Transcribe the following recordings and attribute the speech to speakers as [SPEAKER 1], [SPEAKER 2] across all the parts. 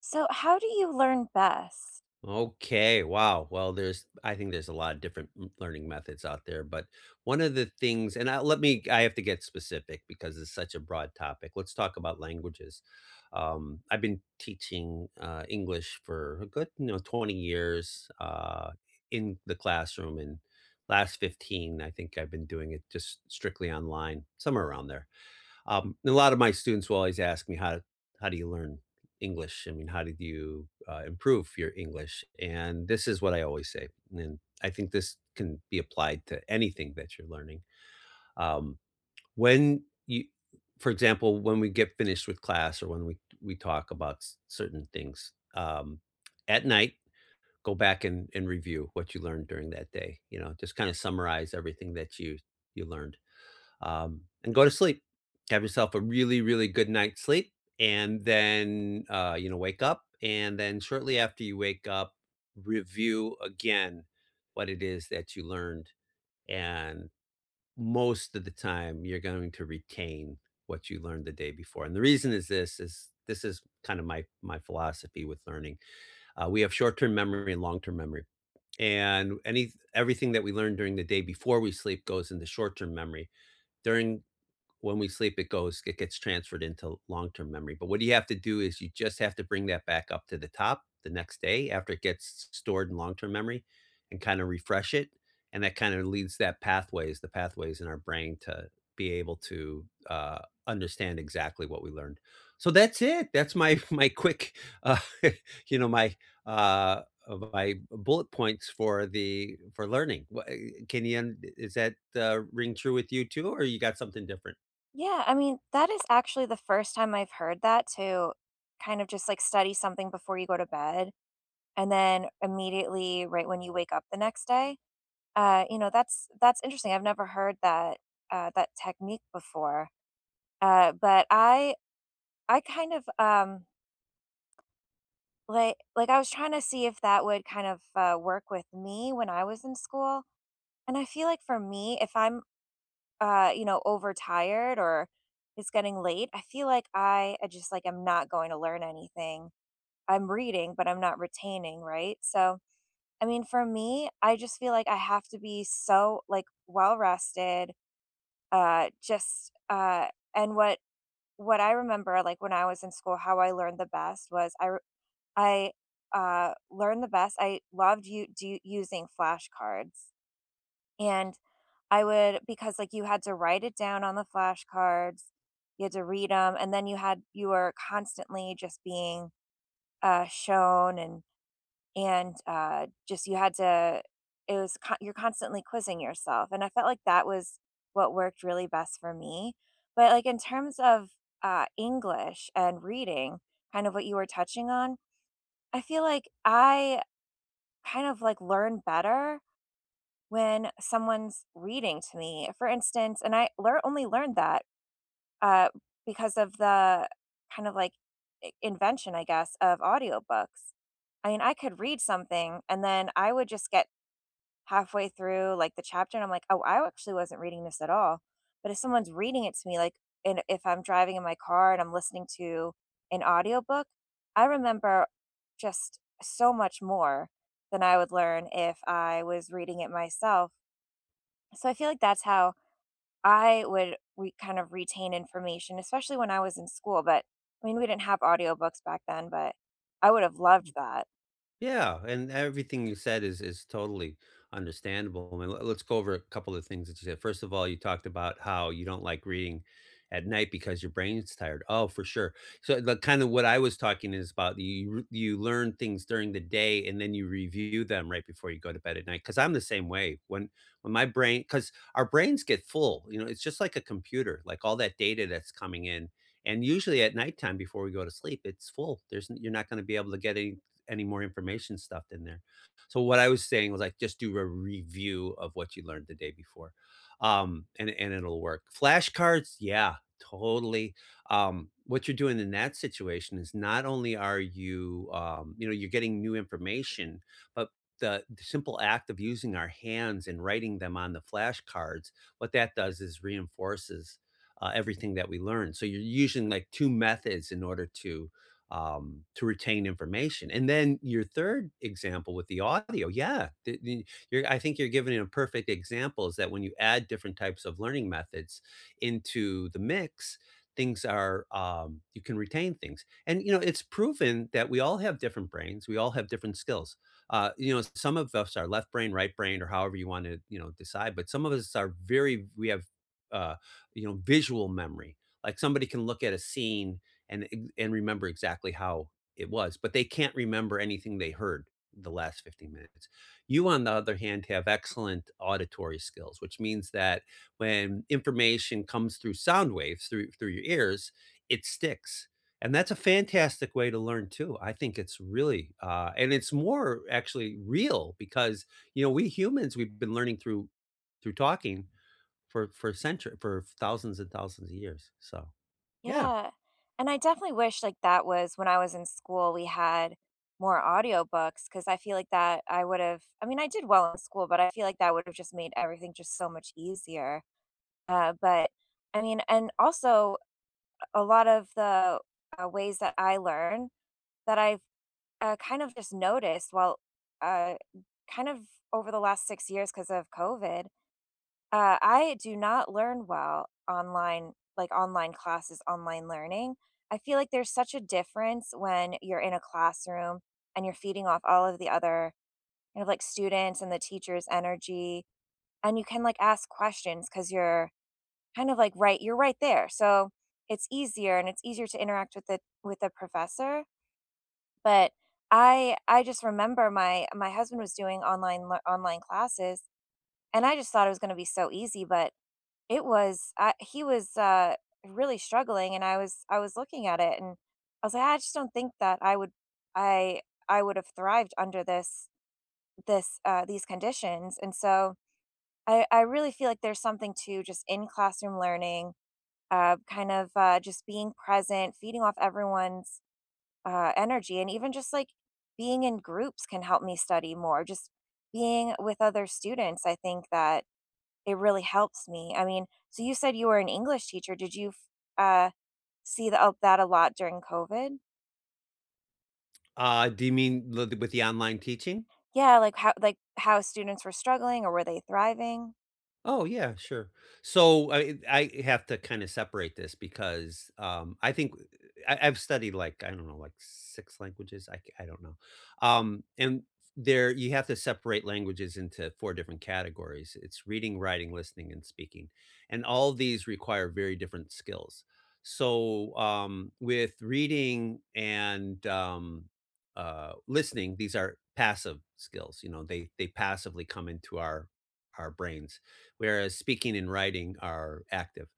[SPEAKER 1] So, how do you learn best?
[SPEAKER 2] Okay, wow. Well, there's I think there's a lot of different m learning methods out there, but one of the things and I let me I have to get specific because it's such a broad topic. Let's talk about languages. I've been teaching, English for a good, you know, 20 years, in the classroom, and last 15, I think I've been doing it just strictly online, somewhere around there. And a lot of my students will always ask me how do you learn English? I mean, how did you improve your English? And this is what I always say, and I think this can be applied to anything that you're learning. Um, when you, for example, when we get finished with class or when we talk about certain things at night, go back and review what you learned during that day. You know, just kind of summarize everything that you learned and go to sleep. Have yourself a really, really good night's sleep, and then you know, wake up, and then shortly after you wake up, review again what it is that you learned. And most of the time, you're going to retain what you learned the day before. And the reason is this is kind of my philosophy with learning. We have short-term memory and long-term memory. And any everything that we learn during the day before we sleep goes into short-term memory during when we sleep, it gets transferred into long-term memory. But what you have to do is you just have to bring that back up to the top the next day after it gets stored in long-term memory and kinda refresh it, and that kinda leads that pathways the pathways in our brain to be able to, understand exactly what we learned. So that's it. That's my my quick, uh, my, uh, my bullet points for the for learning. Can you, is that, ring true with you too, or you got something different?
[SPEAKER 1] Yeah, I mean, that is actually the first time I've heard that to kind of just like study something before you go to bed and then immediately right when you wake up the next day. That's interesting. I've never heard that that technique before. But I kind of like I was trying to see if that would kind of work with me when I was in school. And I feel like for me, if I'm overtired or it's getting late, I feel like I just like I'm not going to learn anything. I'm reading, but I'm not retaining, right? So, I mean, for me, I just feel like I have to be so like well rested, just and what I remember, like when I was in school, how I learned the best was I learned the best. I loved you do using flashcards, and I would because, like, you had to write it down on the flashcards, you had to read them, and then you had you were constantly just being, shown and just you had to it was co you're constantly quizzing yourself, and I felt like that was what worked really best for me, but, like, in terms of, English and reading, kind of what you were touching on, I feel like I kind of, like, learn better when someone's reading to me. For instance, and I lear only learned that, uh, because of the kind of like I invention, I guess, of audiobooks. I mean, I could read something and then I would just get halfway through, like, the chapter and I'm like, "Oh, I actually wasn't reading this at all." But if someone's reading it to me, like, and if I'm driving in my car and I'm listening to an audiobook, I remember just so much more than I would learn if I was reading it myself. So I feel like that's how I would re- kind of retain information, especially when I was in school. But I mean, we didn't have audiobooks back then, but I would have loved that.
[SPEAKER 2] Yeah, and everything you said is totally understandable. And let's go over a couple of things that you said. First of all, you talked about how you don't like reading at night because your brain's tired. Oh, for sure. So the kind of what I was talking is about you you learn things during the day and then you review them right before you go to bed at night. Cause I'm the same way. When my brain, because our brains get full, you know, it's just like a computer, like all that data that's coming in. And usually at nighttime before we go to sleep, it's full. There's you're not going to be able to get any more information stuffed in there. So what I was saying was like just do a review of what you learned the day before. And it'll work. Flashcards, yeah, totally. What you're doing in that situation is not only are you you know, you're getting new information, but the simple act of using our hands and writing them on the flashcards, what that does is reinforces everything that we learn. So you're using like two methods in order to retain information. And then your third example with the audio, yeah, you're, I think you're giving a perfect example is that when you add different types of learning methods into the mix, things are you can retain things. And you know, it's proven that we all have different brains, we all have different skills. You know, some of us are left brain, right brain, or however you want to, you know, decide. But some of us are very we have uh, you know, visual memory. Like somebody can look at a scene and and remember exactly how it was, but they can't remember anything they heard the last 15 minutes. You on the other hand have excellent auditory skills, which means that when information comes through sound waves through your ears, it sticks. And that's a fantastic way to learn too. I think it's really and it's more actually real because you know, we humans, we've been learning through talking for century for thousands and thousands of years. So yeah.
[SPEAKER 1] Yeah. And I definitely wish like that was when I was in school, we had more audiobooks because I feel like that I would have, I mean, I did well in school, but I feel like that would have just made everything just so much easier. But I mean, and also a lot of the ways that I learn that I've kind of just noticed, well, uh, kind of over the last 6 years because of COVID, I do not learn well online, like online classes, online learning. I feel like there's such a difference when you're in a classroom and you're feeding off all of the other kind of like students and the teacher's energy, and you can like ask questions because you're kind of like right, you're right there. So it's easier and it's easier to interact with the professor but I just remember my husband was doing online lear online classes, and I just thought it was gonna be so easy, but it was I he was, really struggling, and I was looking at it, and I was like, "I just don't think that I I would have thrived under these conditions," and so I really feel like there's something to just in classroom learning, kind of, just being present, feeding off everyone's energy. And even just like being in groups can help me study more. Just being with other students, I think that it really helps me. I mean, so you said you were an English teacher. Did you uh, see the, oh, that a lot during COVID?
[SPEAKER 2] Do you mean with the online teaching?
[SPEAKER 1] Yeah, like how students were struggling or were they thriving?
[SPEAKER 2] Oh, yeah, sure. So I have to kind of separate this because I think I've studied like, I don't know, like six languages. I don't know, and there, you have to separate languages into four different categories. It's reading, writing, listening, and speaking, and all these require very different skills. So with reading and listening, these are passive skills. You know, they passively come into our brains, whereas speaking and writing are active.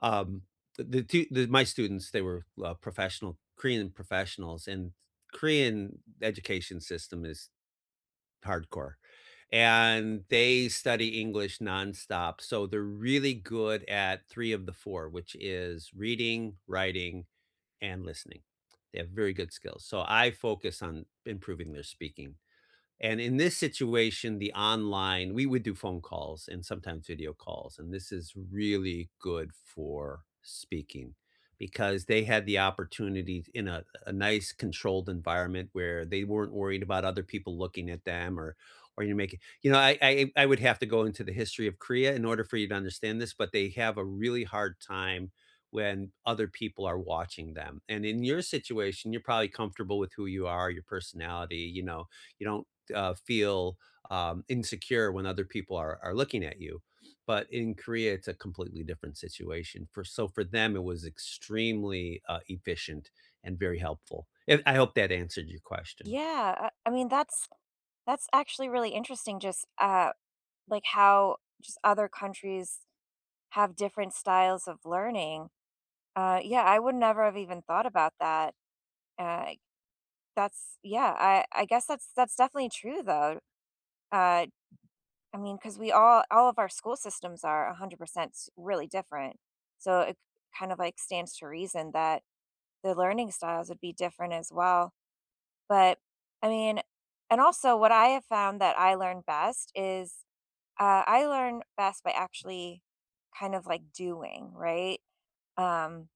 [SPEAKER 2] Um, my students, they were professional Korean professionals, and Korean education system is hardcore, and they study English nonstop. So they're really good at three of the four, which is reading, writing, and listening. They have very good skills. So I focus on improving their speaking. And in this situation, the online, we would do phone calls and sometimes video calls, and this is really good for speaking because they had the opportunity in a nice controlled environment where they weren't worried about other people looking at them or you make it you know, I would have to go into the history of Korea in order for you to understand this, but they have a really hard time when other people are watching them. And in your situation, you're probably comfortable with who you are, your personality, you know, you don't feel insecure when other people are looking at you. But in Korea, it's a completely different situation. For them, it was extremely efficient and very helpful. If, I hope that answered your question.
[SPEAKER 1] Yeah, I mean that's actually really interesting. Just like how just other countries have different styles of learning. Yeah, I would never have even thought about that. Uh, That's yeah, I guess that's definitely true though. Uh, I mean, because we all of our school systems are 100% s- really different. So it kind of like stands to reason that the learning styles would be different as well. But I mean, and also what I have found that I learn best is I learn best by actually kind of like doing, right? Um,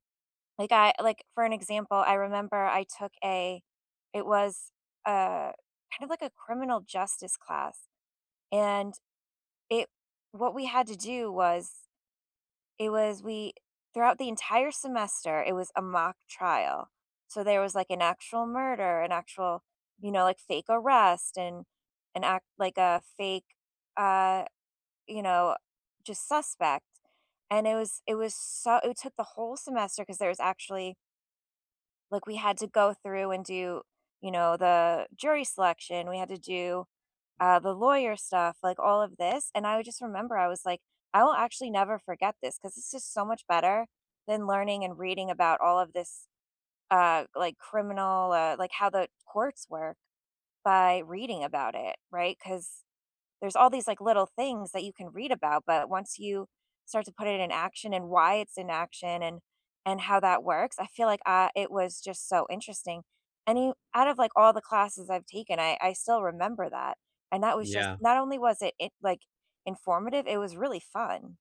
[SPEAKER 1] like, I like, for an example, I remember I took a it was, a kind of like a criminal justice class, and it what we had to do was it was we throughout the entire semester, it was a mock trial. So, there was, like, an actual murder, an actual, you know, like, fake arrest and an act like, a fake, uh, you know, just suspect, and it was so it took the whole semester because there was actually like, we had to go through and do, you know, the jury selection, we had to do, the lawyer stuff, like, all of this, and I would just remember, I was like, "I will actually never forget this because it's just so much better than learning and reading about all of this, like, criminal, like, how the courts work by reading about it," right? Because there's all these like little things that you can read about, but once you start to put it in action and why it's in action and how that works, I feel like it was just so interesting. Any out of like all the classes I've taken, I still remember that, and that was just
[SPEAKER 2] Yeah.
[SPEAKER 1] not only was it, it like informative, it was really fun.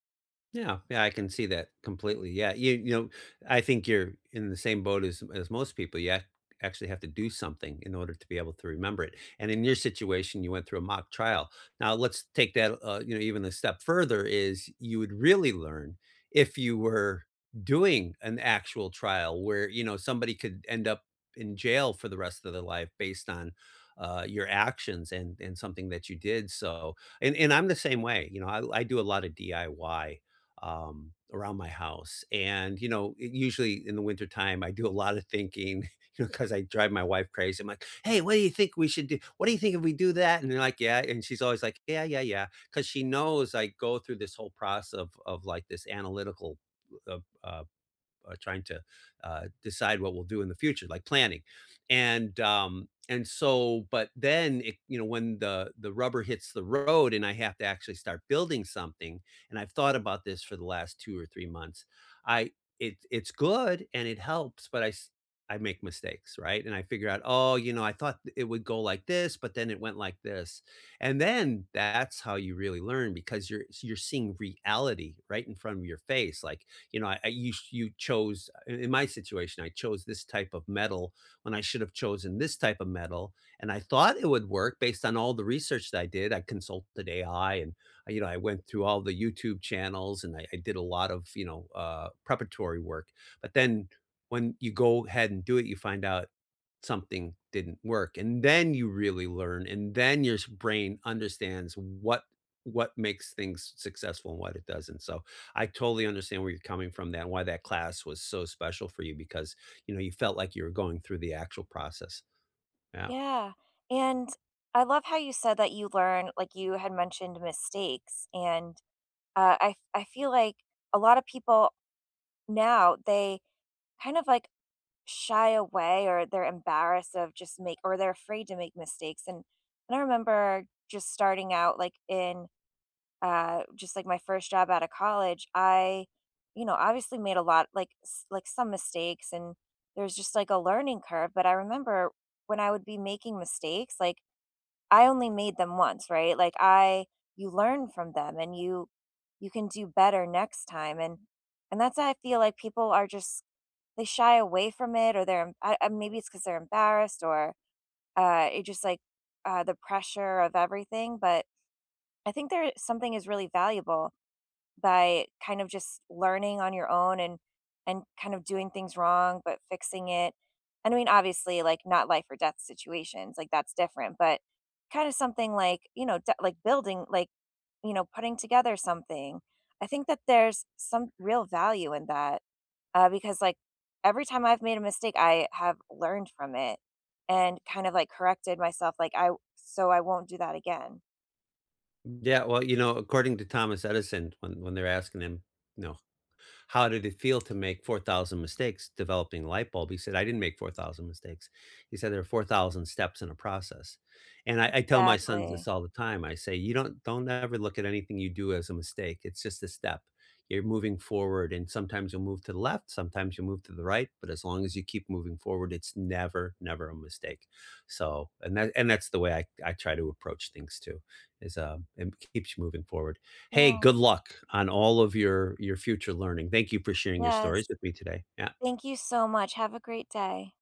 [SPEAKER 2] Yeah, yeah, I can see that completely. Yeah, you know, I think you're in the same boat as most people. Actually have to do something in order to be able to remember it. And in your situation, you went through a mock trial. Now, let's take that, you know, even a step further. Is you would really learn if you were doing an actual trial where you know somebody could end up in jail for the rest of their life based on your actions and something that you did. So, and I'm the same way. You know, I do a lot of DIY around my house. And, you know, it, usually in the wintertime, I do a lot of thinking, you know, because I drive my wife crazy. I'm like, hey, what do you think we should do? What do you think if we do that? And they're like, yeah. And she's always like, yeah, yeah, yeah. Because she knows I go through this whole process of like this analytical uh, uh, trying to decide what we'll do in the future, like planning. And so, but then it, you know, when the rubber hits the road, and I have to actually start building something, and I've thought about this for the last 2 or 3 months. I It's good and it helps, but I make mistakes, right? And I figure out, oh, you know, I thought it would go like this, but then it went like this, and then that's how you really learn because you're seeing reality right in front of your face. Like, you know, I you chose, in my situation, I chose this type of metal when I should have chosen this type of metal, and I thought it would work based on all the research that I did. I consulted AI, and you know, I went through all the YouTube channels, and I did a lot of, you know, preparatory work. But then when you go ahead and do it, you find out something didn't work, and then you really learn, and then your brain understands what makes things successful and what it doesn't. So I totally understand where you're coming from that, and why that class was so special for you because, you know, you felt like you were going through the actual process. Yeah.
[SPEAKER 1] Yeah. And I love how you said that you learn, like you had mentioned mistakes. And I feel like a lot of people now they kind of like shy away or they're embarrassed of just make or they're afraid to make mistakes. And I remember just starting out like in just like my first job out of college, I, you know, obviously made a lot like s- like some mistakes and there's just like a learning curve. But I remember when I would be making mistakes, like I only made them once, right? Like I you learn from them and you can do better next time. And that's how I feel like people are just they shy away from it or they're maybe it's because they're embarrassed or it just like the pressure of everything but I think there something is really valuable by kind of just learning on your own and kind of doing things wrong but fixing it and I mean obviously like not life or death situations like that's different but kind of something like you know d- like building like you know putting together something I think that there's some real value in that because like every time I've made a mistake, I have learned from it and kind of like corrected myself, like I so I won't do that again.
[SPEAKER 2] Yeah, well, you know, according to Thomas Edison, when they're asking him, you know, how did it feel to make 4,000 mistakes developing a light bulb? He said, I didn't make 4,000 mistakes. He said, there are 4,000 steps in a process. And I tell my sons
[SPEAKER 1] Exactly.
[SPEAKER 2] this all the time. I say, you don't ever look at anything you do as a mistake. It's just a step. You're moving forward. And sometimes you'll move to the left. Sometimes you'll move to the right. But as long as you keep moving forward, it's never, never a mistake. So, and that, and that's the way I try to approach things too, is it keeps you moving forward. Hey, good
[SPEAKER 1] Yes.
[SPEAKER 2] luck on all of your future learning. Thank you for sharing your
[SPEAKER 1] Yes.
[SPEAKER 2] stories with me today. Yeah.
[SPEAKER 1] Thank you so much. Have a great day.